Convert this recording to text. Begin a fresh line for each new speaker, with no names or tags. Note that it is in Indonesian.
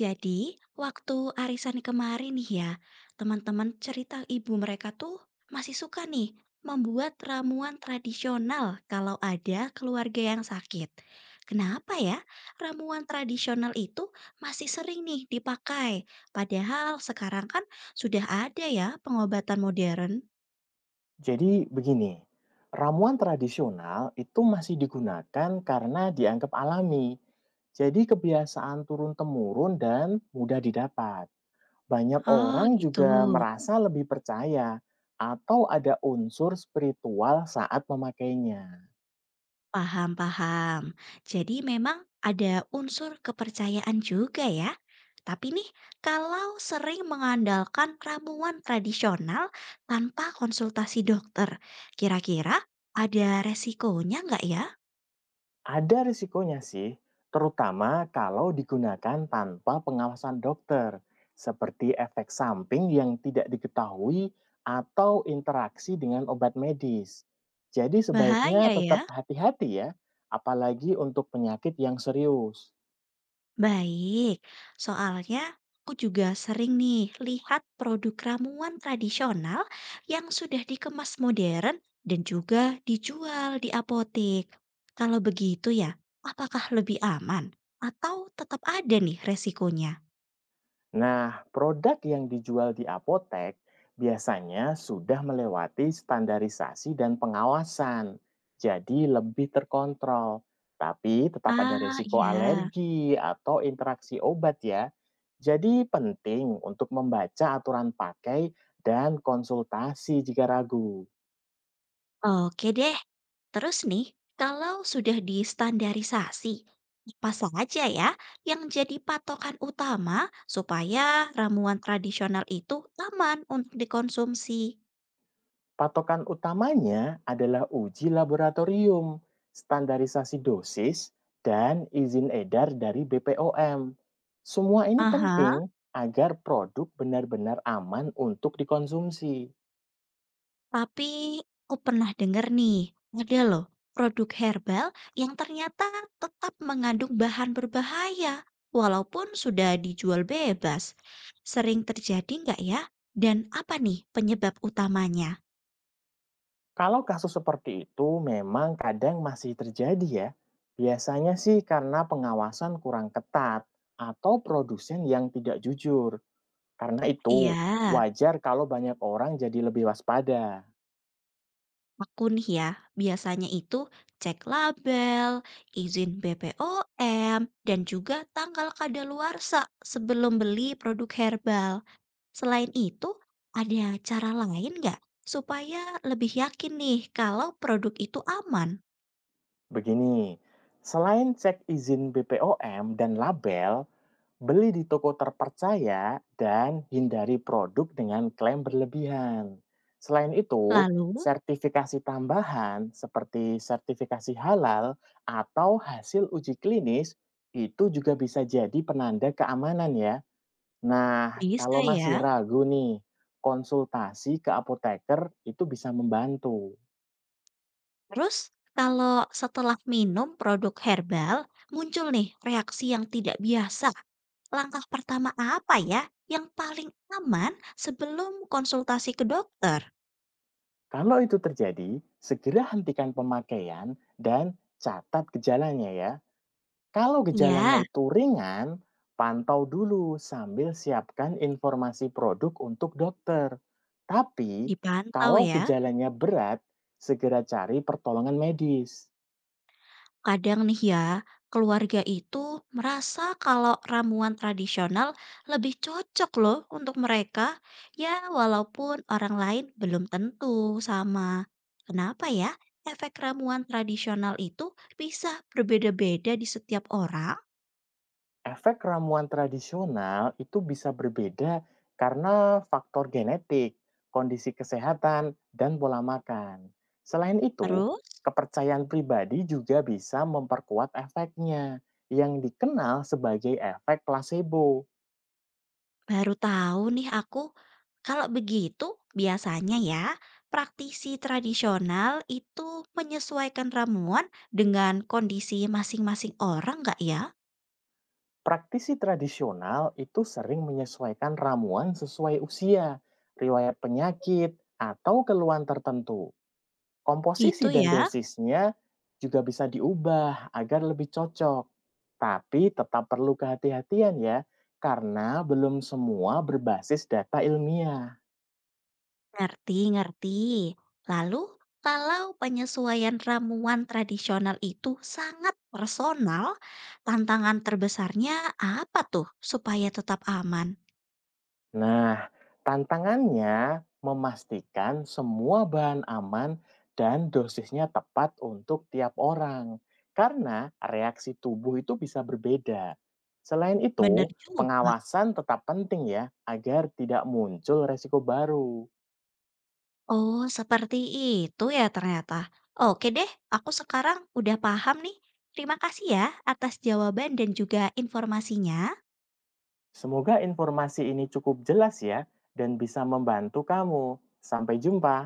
Jadi, waktu arisan kemarin nih ya, teman-teman cerita ibu mereka tuh masih suka nih membuat ramuan tradisional kalau ada keluarga yang sakit. Kenapa ya ramuan tradisional itu masih sering nih dipakai? Padahal sekarang kan sudah ada ya pengobatan modern.
Jadi begini, ramuan tradisional itu masih digunakan karena dianggap alami. Jadi kebiasaan turun-temurun dan mudah didapat. Banyak
Oh
orang
gitu.
juga merasa lebih percaya atau ada unsur spiritual saat memakainya.
Paham, paham. Jadi memang ada unsur kepercayaan juga ya. Tapi nih, kalau sering mengandalkan ramuan tradisional tanpa konsultasi dokter, kira-kira ada resikonya nggak ya?
Ada risikonya sih, terutama kalau digunakan tanpa pengawasan dokter, seperti efek samping yang tidak diketahui atau interaksi dengan obat medis. Jadi sebaiknya
Bahaya
tetap
ya?
hati-hati ya, apalagi untuk penyakit yang serius.
Baik, soalnya aku juga sering nih lihat produk ramuan tradisional yang sudah dikemas modern dan juga dijual di apotek. Kalau begitu ya, apakah lebih aman atau tetap ada nih resikonya?
Nah, produk yang dijual di apotek biasanya sudah melewati standarisasi dan pengawasan, jadi lebih terkontrol. Tapi tetap ada
Ah,
risiko
iya.
alergi atau interaksi obat ya. Jadi penting untuk membaca aturan pakai dan konsultasi jika ragu.
Oke deh, terus nih, kalau sudah distandarisasi, apa saja ya yang jadi patokan utama supaya ramuan tradisional itu aman untuk dikonsumsi?
Patokan utamanya adalah uji laboratorium, standarisasi dosis, dan izin edar dari BPOM. Semua ini penting
Aha,
agar produk benar-benar aman untuk dikonsumsi.
tapi aku pernah dengar nih, ada loh produk herbal yang ternyata tetap mengandung bahan berbahaya walaupun sudah dijual bebas. Sering terjadi nggak ya? Dan apa nih penyebab utamanya?
Kalau kasus seperti itu memang kadang masih terjadi ya. Biasanya sih karena pengawasan kurang ketat atau produsen yang tidak jujur. Karena itu,
Iya.
wajar kalau banyak orang jadi lebih waspada.
Aku nih ya, biasanya itu cek label, izin BPOM, dan juga tanggal kadaluarsa sebelum beli produk herbal. Selain itu, ada cara lain nggak supaya lebih yakin nih kalau produk itu aman?
Begini, selain cek izin BPOM dan label, beli di toko terpercaya dan hindari produk dengan klaim berlebihan. Selain itu,
Lalu,
sertifikasi tambahan seperti sertifikasi halal atau hasil uji klinis itu juga bisa jadi penanda keamanan ya. Nah,
bisa
kalau masih
ya.
ragu nih, konsultasi ke apoteker itu bisa membantu.
Terus, kalau setelah minum produk herbal, muncul nih reaksi yang tidak biasa. Langkah pertama apa ya yang paling aman sebelum konsultasi ke dokter?
Kalau itu terjadi, segera hentikan pemakaian dan catat gejalanya ya. Kalau gejalanya
Ya,
itu ringan, pantau dulu sambil siapkan informasi produk untuk dokter. Tapi,
dipantau
kalau
ya.
gejalanya berat, segera cari pertolongan medis.
Kadang nih ya, keluarga itu merasa kalau ramuan tradisional lebih cocok loh untuk mereka, ya walaupun orang lain belum tentu sama. Kenapa ya efek ramuan tradisional itu bisa berbeda-beda di setiap orang?
Efek ramuan tradisional itu bisa berbeda karena faktor genetik, kondisi kesehatan, dan pola makan. Selain itu,
Terus,
kepercayaan pribadi juga bisa memperkuat efeknya, yang dikenal sebagai efek placebo.
baru tahu nih aku, kalau begitu biasanya ya, praktisi tradisional itu menyesuaikan ramuan dengan kondisi masing-masing orang nggak ya?
Praktisi tradisional itu sering menyesuaikan ramuan sesuai usia, riwayat penyakit, atau keluhan tertentu.
Gitu
Komposisi dan
ya,
dosisnya juga bisa diubah agar lebih cocok. Tapi tetap perlu kehati-hatian ya, karena belum semua berbasis data ilmiah.
ngerti-ngerti. Lalu, kalau penyesuaian ramuan tradisional itu sangat personal, tantangan terbesarnya apa tuh supaya tetap aman?
Nah, tantangannya memastikan semua bahan aman dan dosisnya tepat untuk tiap orang. Karena reaksi tubuh itu bisa berbeda. Selain itu,
Bener juga.
pengawasan tetap penting ya, agar tidak muncul resiko baru.
Oh, seperti itu ya ternyata. Oke deh, aku sekarang udah paham nih. Terima kasih ya atas jawaban dan juga informasinya.
Semoga informasi ini cukup jelas ya dan bisa membantu kamu. Sampai jumpa.